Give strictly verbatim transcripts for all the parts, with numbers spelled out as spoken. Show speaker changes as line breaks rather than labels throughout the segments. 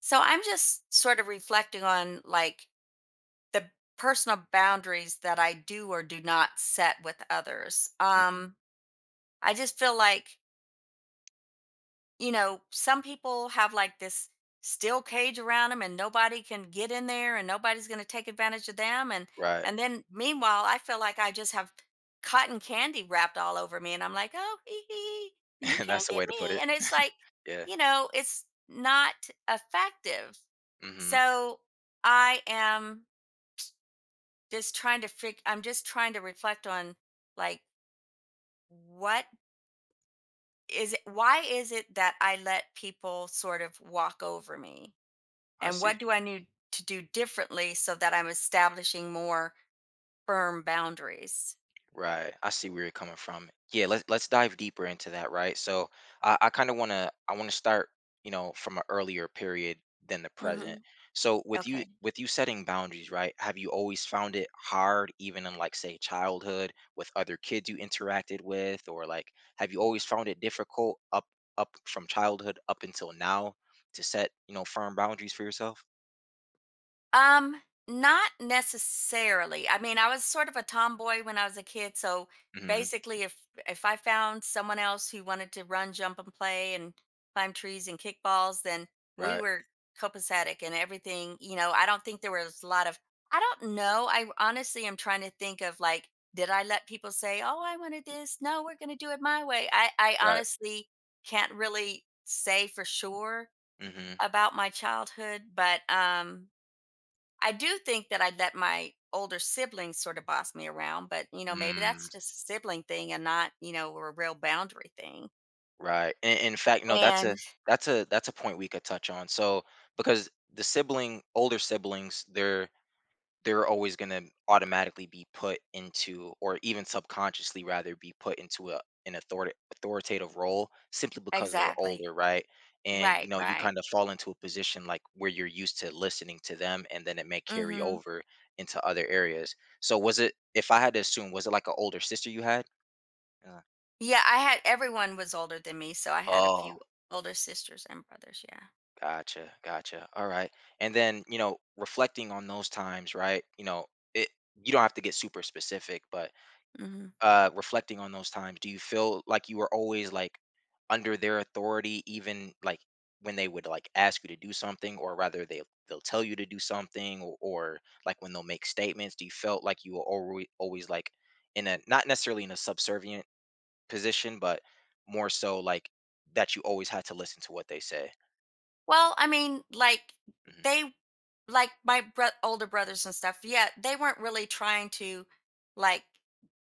So I'm just sort of reflecting on like the personal boundaries that I do or do not set with others.
Mhm.
Um, I just feel like, you know, some people have like this steel cage around them and nobody can get in there and nobody's going to take advantage of them, and
Right.
and then meanwhile I feel like I just have cotton candy wrapped all over me and I'm like, "Oh, hee hee, hee, you
and that's
can't
the
get
way to put
me."
it.
And it's like,
Yeah.
you know, it's not effective.
Mhm.
So I am just trying to fig I'm just trying to reflect on like what is it, why is it that I let people sort of walk over me?
I
And
see.
what do I need to do differently so that I'm establishing more firm boundaries?
Right. I see where you're coming from. Yeah, let's let's dive deeper into that, right? So I, I kind of wanna I wanna start, you know, from an earlier period than the present.
hmm
So with you
Okay.
with you setting boundaries, right? Have you always found it hard, even in like say childhood with other kids you interacted with, or like have you always found it difficult up up from childhood up until now to set, you know, firm boundaries for yourself?
Um, Not necessarily. I mean, I was sort of a tomboy when I was a kid, so
hmm
basically if if I found someone else who wanted to run, jump and play and climb trees and kick balls, then we
Right.
were copacetic and everything. You know, I don't think there was a lot of, I don't know. I honestly am trying to think of like, did I let people say, "Oh, I wanted this. No, we're going to do it my way." I I
Right.
honestly can't really say for sure
Mm. Mhm.
about my childhood, but um I do think that I let my older siblings sort of boss me around, but you know, maybe
Mm,
that's just a sibling thing and not, you know, a real boundary thing.
right. In in fact, no, that's a
And
that's a that's a point we could touch on. So, because the sibling, older siblings, they're they're always going to automatically be put into, or even subconsciously rather, be put into a an authority, authoritative role simply because they're older,
exactly.
right? And you
Right,
know, you
right.
kind of fall into a position like where you're used to listening to them, and then it may carry
Mhm.
over into other areas. So, was it, if I had to assume, was it like an older sister you had? Uh,
Yeah, I had everyone was older than me, so I had a
Oh,
few older sisters and brothers, yeah.
gotcha, gotcha. All right. And then, you know, reflecting on those times, right? You know, it you don't have to get super specific, but
Mhm.
uh reflecting on those times, do you feel like you were always like under their authority even like when they would like ask you to do something or rather they they'll tell you to do something, or, or like when they'll make statements, do you felt like you were always always like in a not necessarily in a subservient position, but more so like that you always had to listen to what they say?
Well, I mean, like
hmm
they like my bro- older brothers and stuff, yeah, they weren't really trying to like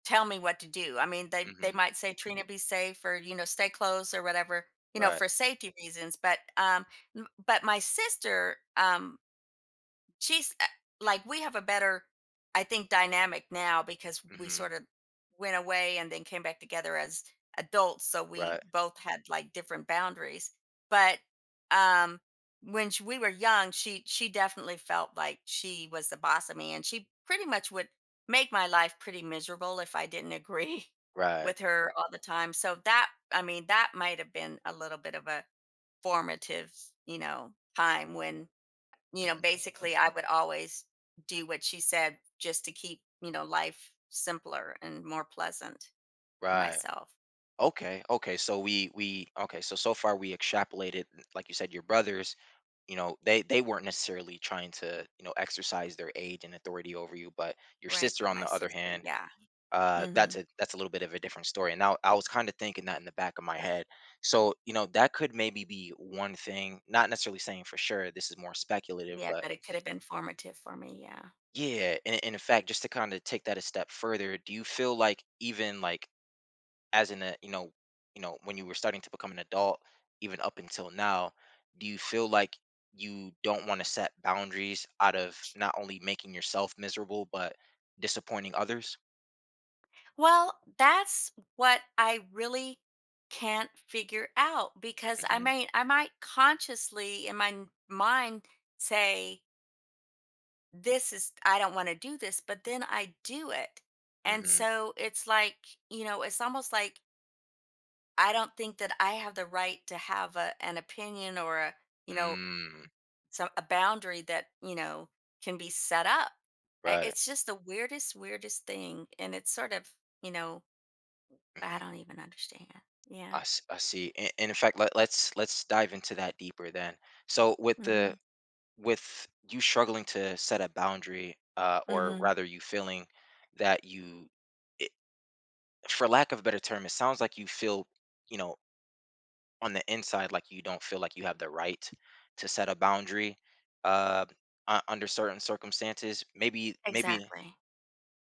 tell me what to do. I mean, they they
hmm
might say, "Trina, be safe," or, you know, "stay close," or whatever, you know,
Right.
for safety reasons. But um m- but my sister, um she's uh, like we have a better, I think, dynamic now because we
Mhm.
sort of went away and then came back together as adults, so we
Right.
both had like different boundaries. But um when sh we were young, she she definitely felt like she was the boss of me, and she pretty much would make my life pretty miserable if I didn't agree
Right.
with her all the time. So that, I mean, that might have been a little bit of a formative, you know, time when, you know,
Mhm.
basically, I would always do what she said just to keep, you know, life simpler and more pleasant for
Right.
myself.
Okay. Okay. So we we okay. So so far we extrapolated, n- like you said, your brothers. You know, they they weren't necessarily trying to, you know, exercise their age and authority over you, but your
Right.
sister,
But
on
my
the other
sister,
hand,
yeah.
uh, that's
hmm
a that's a little bit of a different story. And now I was kind of thinking that in the back of my head. So you know that could maybe be one thing. Not necessarily saying for sure. This is more speculative,
Yeah.
but
But it could have been formative for me. Yeah.
yeah. And, and in fact, just to kind of take that a step further, do you feel like even like as in a, you know, you know when you were starting to become an adult even up until now, do you feel like you don't want to set boundaries out of not only making yourself miserable but disappointing others?
Well, that's what I really can't figure out because I
Mm-hmm,
mean, I might consciously in my n- mind say, this is, I don't want to do this, but then I do it. And
mm-hmm,
so it's like, you know, it's almost like I don't think that I have the right to have a, an opinion or a, you know,
mm,
some a boundary that, you know, can be set up. I-
right,
It's just the weirdest, weirdest thing. And it's sort of, you know, I
mm-hmm.
don't even understand.
I,
Yeah.
s- I see. and, and in fact, let, let's let's dive into that deeper then. So with the
hmm
with you struggling to set a boundary, uh, or
hmm
rather you feeling that you it, for lack of a better term, it sounds like you feel, you know, on the inside, like you don't feel like you have the right to set a boundary uh, u- under certain circumstances. Maybe, maybe,
Exactly.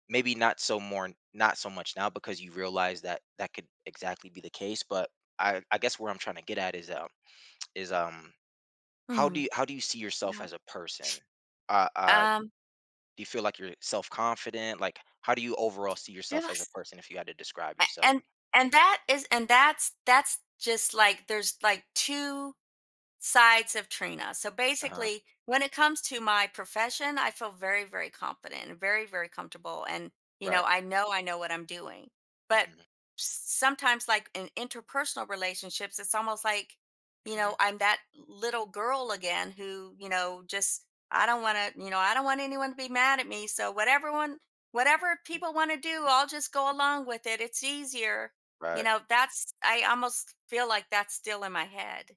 maybe not so more, not so much now because you realize that that could exactly be the case. But I, I guess where I'm trying to get at is, uh, is um, how do
hmm
you how do you see yourself
Yeah.
as a person? Uh, uh,
Um,
do you feel like you're self confident? Like, how do you overall see
it
yourself as a
was,
person if you had to describe
a-
yourself?
and, and that is, and that's, that's just like, there's like two sides of Trina. So
Uh huh.
basically, when it comes to my profession, I feel very, very confident and very, very comfortable. And, you know,
Right.
I know I know what I'm doing. But
hmm
sometimes, like in interpersonal relationships, it's almost like, you
hmm
know, I'm that little girl again who, you know, just, I don't want to, you know, I don't want anyone to be mad at me. So whatever one, whatever people want to do, I'll just go along with it. It's easier. You
Right.
know, that's, I almost feel like that's still in my head.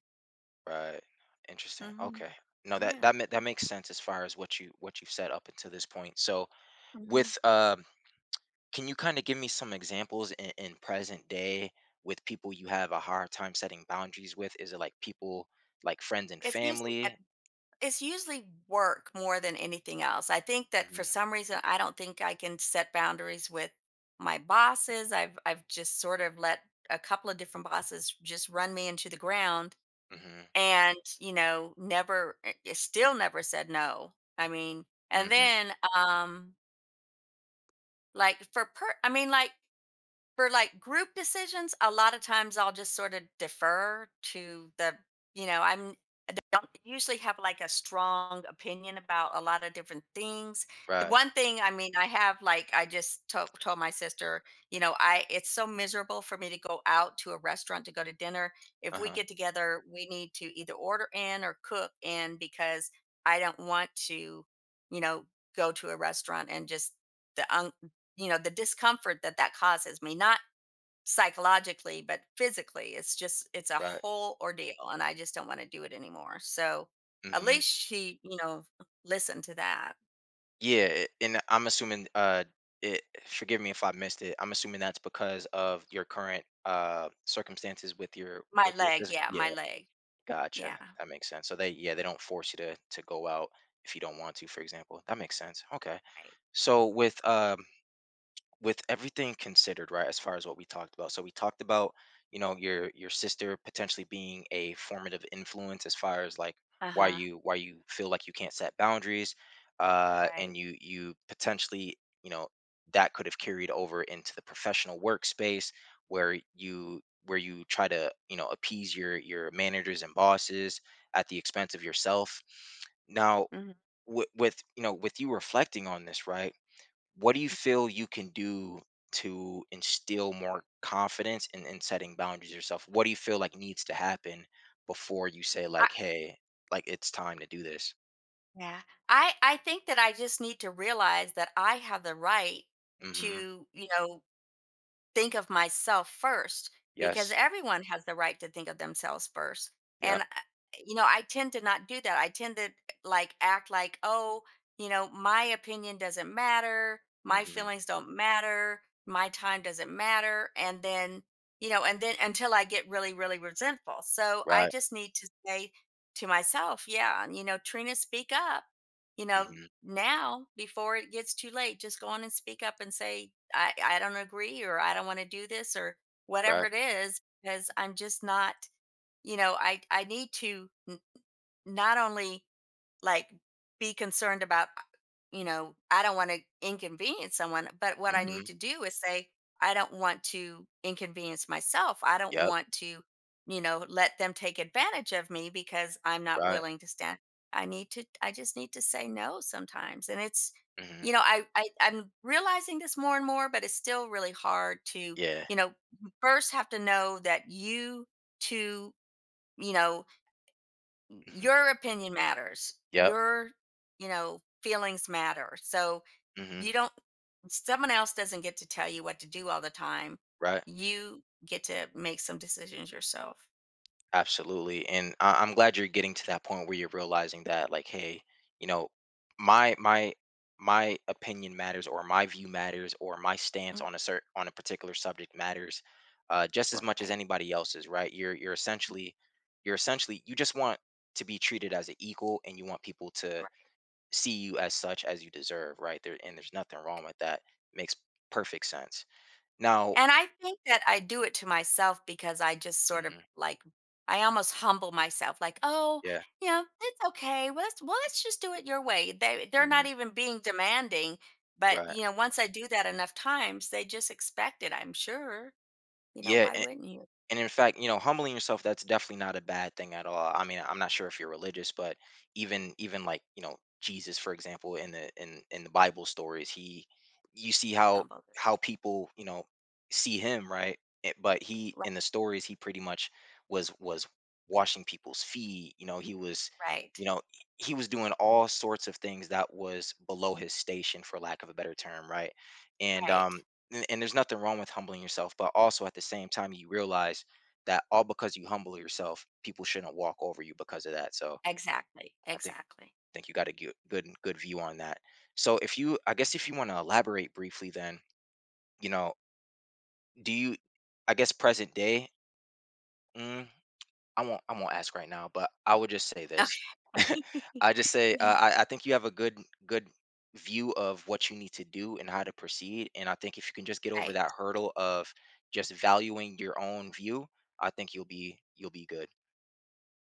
Right. Interesting.
Mhm.
Okay. No, that
Yeah.
that ma- that makes sense as far as what you what you've said up until this point. So
Mhm.
with um, can you kind of give me some examples in, in present day with people you have a hard time setting boundaries with? Is it like people like friends and
It's usually at
family?
it's usually work more than anything else. I think that
hmm
for some reason I don't think I can set boundaries with my bosses. I've I've just sort of let a couple of different bosses just run me into the ground
hmm
and, you know, never eh, eh, still never said no. I mean, and
hmm
then um like for per I mean like for like group decisions, a lot of times I'll just sort of defer to the, you know, I'm, I don't usually have like a strong opinion about a lot of different things. The
Right.
one thing, I mean, I have like I just to- told my sister, you know, I, it's so miserable for me to go out to a restaurant to go to dinner. If
Uh
we
huh.
get together, we need to either order in or cook in because I don't want to, you know, go to a restaurant and just the un- you know, the discomfort that that causes me, not psychologically, but physically. It's just, it's a
Right.
whole ordeal, and I just don't want to do it anymore. So at
hmm
least she, you know, listened to that.
Yeah, it- and I'm assuming uh, it. Forgive me if I missed it. I'm assuming that's because of your current uh circumstances with your
My
with your
leg,
physical.
yeah, my leg, yeah,
Gotcha. That makes sense. So they, yeah, they don't force you to to go out if you don't want to, for example. That makes sense. Okay.
right,
So with um with everything considered, right, as far as what we talked about. So we talked about, you know, your your sister potentially being a formative influence as far as like
uh
why
huh,
you why you feel like you can't set boundaries, uh and
right.
you you potentially, you know, that could have carried over into the professional workspace where you where you try to, you know, appease your your managers and bosses at the expense of yourself now.
hmm
With, with, you know, with you reflecting on this, right, what do you feel you can do to instill more confidence in, in setting boundaries yourself? What do you feel like needs to happen before you say
I,
like, hey, like it's time to do this?
Yeah. I, I think that I just need to realize that I have the right
Mm-hmm.
to, you know, think of myself first because
Yes.
everyone has the right to think of themselves first. And,
Yep.
uh, you know, I tend to not do that. I tend to like act like, oh, you know, my opinion doesn't matter. My
Mm-hmm.
feelings don't matter. My time doesn't matter. And then, you know, and then until I get really, really resentful. So I
Right.
just need to say to myself, yeah, you know, Trina, speak up. You know,
Mm-hmm.
now before it gets too late, just go on and speak up and say, i i don't agree or I don't want to do this or whatever
Right.
it is, because I'm just not, you know, i i need to n- not only like be concerned about uh, you know, I don't want to inconvenience someone, but what I
Mm-hmm.
need to do is say I don't want to inconvenience myself. I don't
Yep.
want to, you know, let them take advantage of me because I'm not
Right.
willing to stand. I need to i just need to say no sometimes. And it's,
Mm-hmm.
you know, i, I i'm realizing this more and more, but it's still really hard to,
Yeah.
you know, first have to know that you, too, you know,
Mm-hmm.
your opinion matters,
Yep.
your, you know, feelings matter. So
Mm-hmm.
you don't, someone else doesn't get to tell you what to do all the time.
Right.
You get to make some decisions yourself.
Absolutely. And I- I'm glad you're getting to that point where you're realizing that, like, hey, you know, my my my opinion matters, or my view matters, or my stance
Mm,
on a certain on a particular subject matters, uh, just as much as
right,
anybody else's, right? You're you're essentially you're essentially, you just want to be treated as an equal and you want people to
right.
see you as such as you deserve, right? There, and there's nothing wrong with that. Makes perfect sense. Now,
And I think that I do it to myself because I just sort of
mhm,
like, I almost humble myself like, oh,
yeah,
you know, it's okay. Well let's, well, let's just do it your way. They, they're
mhm,
not even being demanding, but
right.
you know, once I do that enough times, they just expect it, I'm sure. You know,
Yeah,
why wouldn't you
and in fact, you know, humbling yourself, that's definitely not a bad thing at all. I mean, I'm not sure if you're religious, but even even like, you know, Jesus, for example, in the in in the Bible stories, he, you see how
humble them?
how people, you know, see him, right? Eh, but he,
Right,
in the stories, he pretty much was was washing people's feet, you know. He was,
right,
you know, he was doing all sorts of things that was below his station, for lack of a better term, right? And
right.
um and, and there's nothing wrong with humbling yourself, but also at the same time, you realize that all because you humble yourself, people shouldn't walk over you because of that. So
Exactly,
I think
exactly.
think you got a gu- good good view on that. So if you, I guess, if you want to elaborate briefly, then, you know, do you, I guess, present day, mm, I won't I won't ask right now, but I would just say
Okay,
this. I just say, uh, I I think you have a good good view of what you need to do and how to proceed, and I think if you can just get over
right.
that hurdle of just valuing your own view, I think you'll be you'll be good.